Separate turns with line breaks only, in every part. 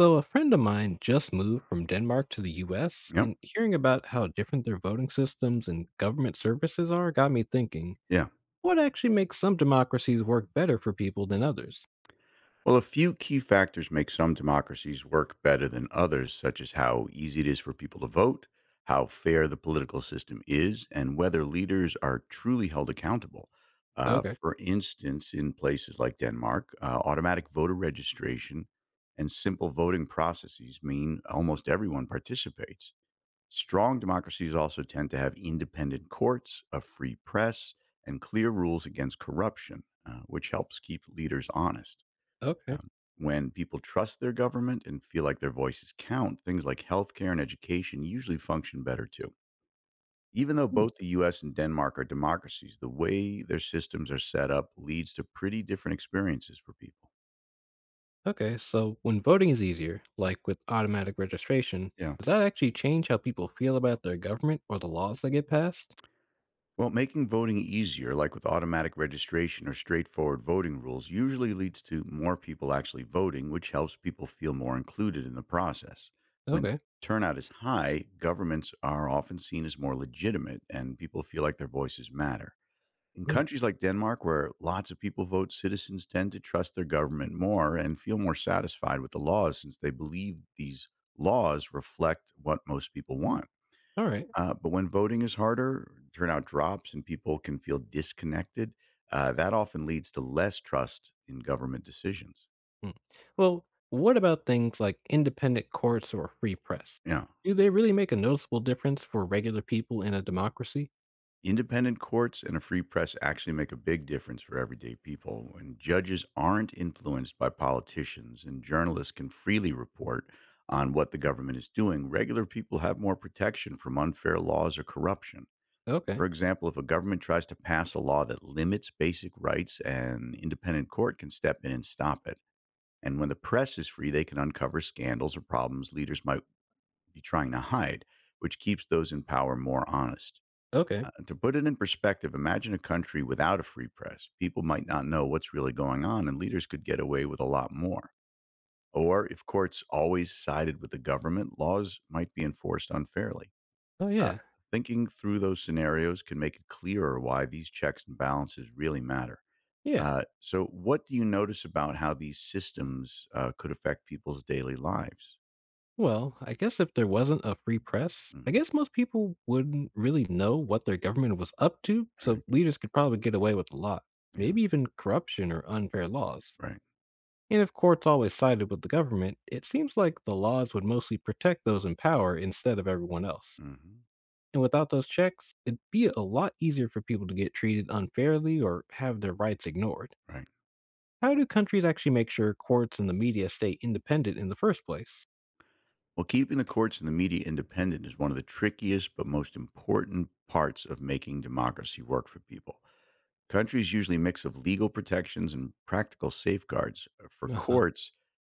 So, a friend of mine just moved from Denmark to the US,
Yep.
and hearing about how different their voting systems and government services are got me thinking
Yeah.
what actually makes some democracies work better for people than others?
Well, a few key factors make some democracies work better than others, such as how easy it is for people to vote, how fair the political system is, and whether leaders are truly held accountable.
Okay.
For instance, in places like Denmark, automatic voter registration and simple voting processes mean almost everyone participates. Strong democracies also tend to have independent courts, a free press, and clear rules against corruption, which helps keep leaders honest.
Okay.
Um, when people trust their government and feel like their voices count, things like healthcare and education usually function better too. Even though
Hmm.
both the US and Denmark are democracies, the way their systems are set up leads to pretty different experiences for people.
Okay. So, when voting is easier, like with automatic registration,
Yeah.
does that actually change how people feel about their government or the laws that get passed?
Well, making voting easier, like with automatic registration or straightforward voting rules, usually leads to more people actually voting, which helps people feel more included in the process. When
Okay.
turnout is high, governments are often seen as more legitimate and people feel like their voices matter. In
Hmm.
countries like Denmark, where lots of people vote, citizens tend to trust their government more and feel more satisfied with the laws since they believe these laws reflect what most people want.
All right.
But when voting is harder, turnout drops, and people can feel disconnected. That often leads to less trust in government decisions.
Hmm. Well, what about things like independent courts or free press?
Yeah.
Do they really make a noticeable difference for regular people in a democracy?
Independent courts and a free press actually make a big difference for everyday people. When judges aren't influenced by politicians and journalists can freely report on what the government is doing, regular people have more protection from unfair laws or corruption.
Okay.
For example, if a government tries to pass a law that limits basic rights, an independent court can step in and stop it. And when the press is free, they can uncover scandals or problems leaders might be trying to hide, which keeps those in power more honest.
Okay.
To put it in perspective, imagine a country without a free press. People might not know what's really going on, and leaders could get away with a lot more. Or if courts always sided with the government, laws might be enforced unfairly.
Oh,
Uh,
yeah.
Thinking through those scenarios can make it clearer why these checks and balances really matter.
Yeah.
So, what do you notice about how these systems could affect people's daily lives?
Well, I guess if there wasn't a free press, I
Mhm.
guess most people wouldn't really know what their government was up to,
Right.
so leaders could probably get away with a lot,
Yeah.
maybe even corruption or unfair laws.
Right.
And if courts always sided with the government, it seems like the laws would mostly protect those in power instead of everyone else.
Hmm.
And without those checks, it'd be a lot easier for people to get treated unfairly or have their rights ignored.
Right.
How do countries actually make sure courts and the media stay independent in the first place?
Well, keeping the courts and the media independent is one of the trickiest but most important parts of making democracy work for people. Countries usually mix of legal protections and practical safeguards for
Uh huh.
courts.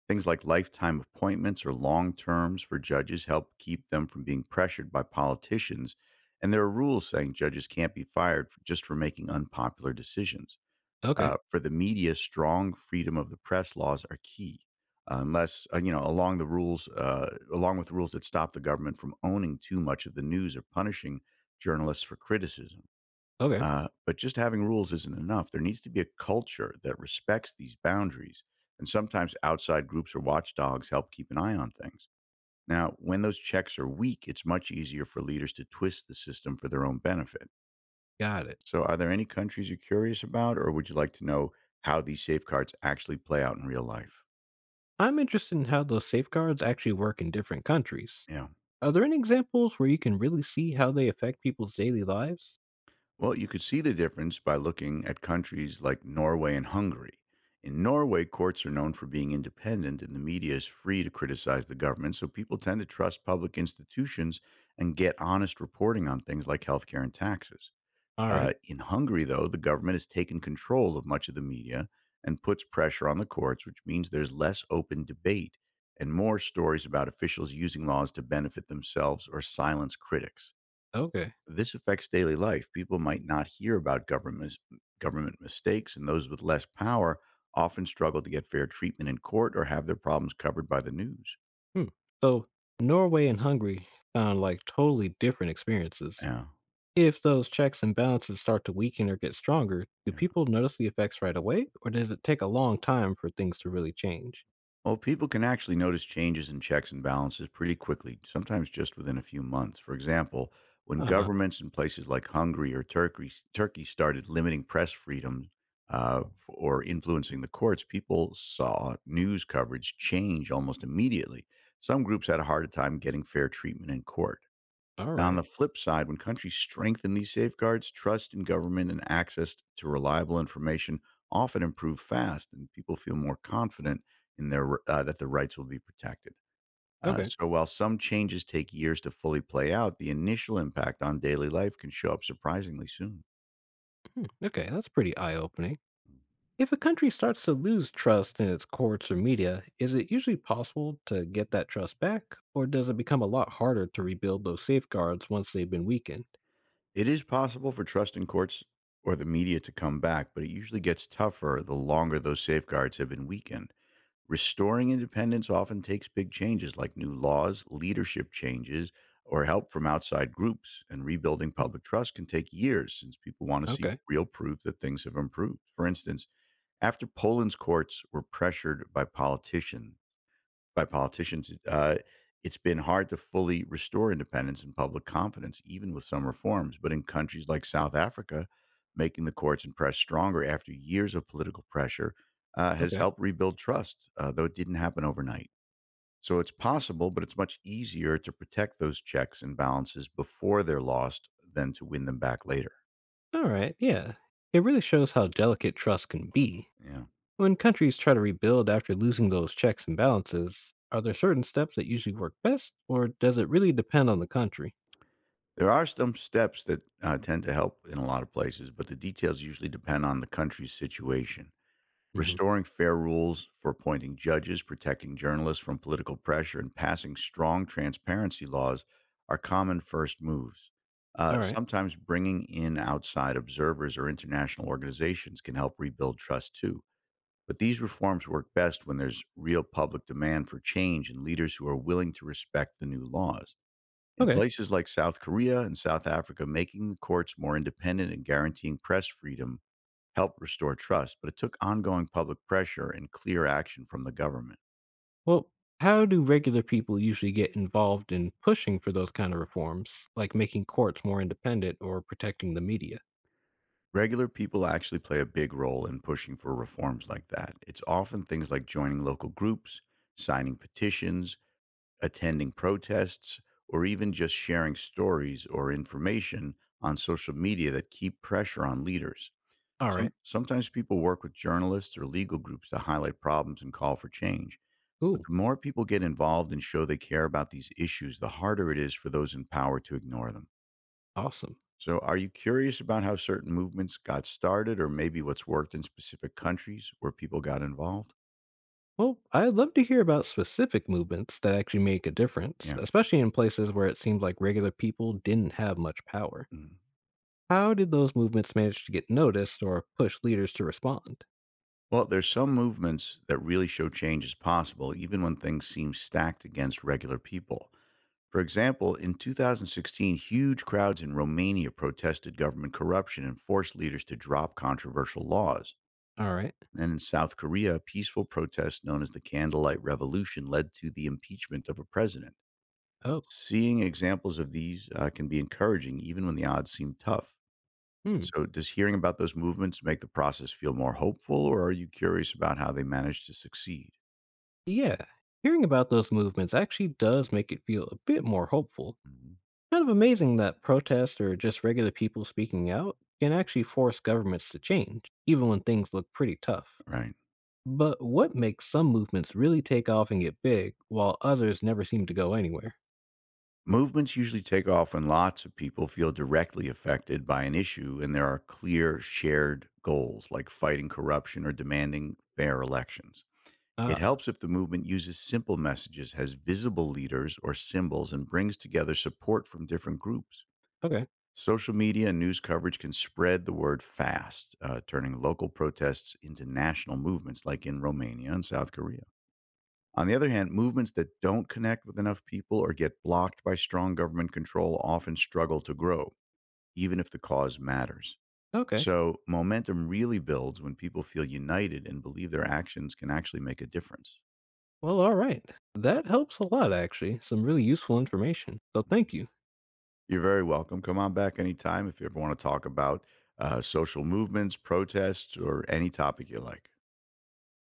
Things like lifetime appointments or long terms for judges help keep them from being pressured by politicians. And there are rules saying judges can't be fired for just for making unpopular decisions.
Okay.
For the media, strong freedom of the press laws are key, unless you know along the rules, along with the rules that stop the government from owning too much of the news or punishing journalists for criticism.
Okay.
But just having rules isn't enough. There needs to be a culture that respects these boundaries. And sometimes outside groups or watchdogs help keep an eye on things. Now, when those checks are weak, it's much easier for leaders to twist the system for their own benefit.
Got it.
So, are there any countries you're curious about, or would you like to know how these safeguards actually play out in real life?
I'm interested in how those safeguards actually work in different countries.
Yeah.
Are there any examples where you can really see how they affect people's daily lives?
Well, you could see the difference by looking at countries like Norway and Hungary. In Norway, courts are known for being independent and the media is free to criticize the government, so people tend to trust public institutions and get honest reporting on things like healthcare and taxes.
All right.
In Hungary, though, the government has taken control of much of the media and puts pressure on the courts, which means there's less open debate and more stories about officials using laws to benefit themselves or silence critics.
Okay.
This affects daily life. People might not hear about government mistakes, and those with less power often struggle to get fair treatment in court or have their problems covered by the news.
Hmm. So, Norway and Hungary sound like totally different experiences.
Yeah,
If those checks and balances start to weaken or get stronger, do
yeah.
people notice the effects right away, or does it take a long time for things to really change?
Well, people can actually notice changes in checks and balances pretty quickly, sometimes just within a few months. For example, when
Uh huh.
governments in places like Hungary or Turkey started limiting press freedom or influencing the courts, people saw news coverage change almost immediately. Some groups had a harder time getting fair treatment in court.
All
Now, on
right.
the flip side, when countries strengthen these safeguards, trust in government and access to reliable information often improve fast, and people feel more confident in their that their rights will be protected. Uh,
Okay.
so, while some changes take years to fully play out, the initial impact on daily life can show up surprisingly soon.
Hmm. Okay, that's pretty eye opening. If a country starts to lose trust in its courts or media, is it usually possible to get that trust back, or does it become a lot harder to rebuild those safeguards once they've been weakened?
It is possible for trust in courts or the media to come back, but it usually gets tougher the longer those safeguards have been weakened. Restoring independence often takes big changes like new laws, leadership changes, or help from outside groups. And rebuilding
Mm.
public trust can take years since people want to see
Okay.
real proof that things have improved. For instance, after Poland's courts were pressured by politicians, it's been hard to fully restore independence and public confidence, even with some reforms. But in countries like South Africa, making the courts and press stronger after years of political pressure has
Okay.
helped rebuild trust, though it didn't happen overnight. So it's possible, but it's much easier to protect those checks and balances before they're lost than to win them back later.
All right. Yeah. It really shows how delicate trust can be.
Yeah.
When countries try to rebuild after losing those checks and balances, are there certain steps that usually work best, or does it really depend on the country?
There are some steps that tend to help in a lot of places, but the details usually depend on the country's situation.
Hmm.
Restoring fair rules for appointing judges, protecting journalists from political pressure, and passing strong transparency laws are common first moves.
All right.
Sometimes bringing in outside observers or international organizations can help rebuild trust too. But these reforms work best when there's real public demand for change and leaders who are willing to respect the new laws. In
Okay.
places like South Korea and South Africa, making the courts more independent and guaranteeing press freedom helped restore trust, but it took ongoing public pressure and clear action from the government.
Well, how do regular people usually get involved in pushing for those kind of reforms, like making courts more independent or protecting the media?
Regular people actually play a big role in pushing for reforms like that. It's often things like joining local groups, signing petitions, attending protests, or even just sharing stories or information on social media that keep pressure on leaders.
All right.
Sometimes people work with journalists or legal groups to highlight problems and call for change. But
Ooh.
the more people get involved and show they care about these issues, the harder it is for those in power to ignore them.
Awesome.
So, are you curious about how certain movements got started or maybe what's worked in specific countries where people got involved?
Well, I'd love to hear about specific movements that actually make a difference,
Yeah.
especially in places where it seems like regular people didn't have much power.
Mhm.
How did those movements manage to get noticed or push leaders to respond?
Well, there's some movements that really show change is possible, even when things seem stacked against regular people. For example, in 2016, huge crowds in Romania protested government corruption and forced leaders to drop controversial laws.
All right.
Then in South Korea, a peaceful protest known as the Candlelight Revolution led to the impeachment of a president.
Oh.
Seeing examples of these can be encouraging, even when the odds seem tough.
Hmm.
So, does hearing about those movements make the process feel more hopeful, or are you curious about how they managed to succeed?
Yeah. Hearing about those movements actually does make it feel a bit more hopeful.
Mhm.
Kind of amazing that protests or just regular people speaking out can actually force governments to change, even when things look pretty tough.
Right.
But what makes some movements really take off and get big while others never seem to go anywhere?
Movements usually take off when lots of people feel directly affected by an issue and there are clear shared goals like fighting corruption or demanding fair elections. It
Ah,
helps if the movement uses simple messages, has visible leaders or symbols, and brings together support from different groups.
okay.
Social media and news coverage can spread the word fast, turning local protests into national movements like in Romania and South Korea. On the other hand, movements that don't connect with enough people or get blocked by strong government control often struggle to grow, even if the cause matters.
Okay.
So, momentum really builds when people feel united and believe their actions can actually make a difference.
Well, all right. That helps a lot, actually. Some really useful information. So thank you.
You're very welcome. Come on back anytime if you ever want to talk about social movements, protests, or any topic you like.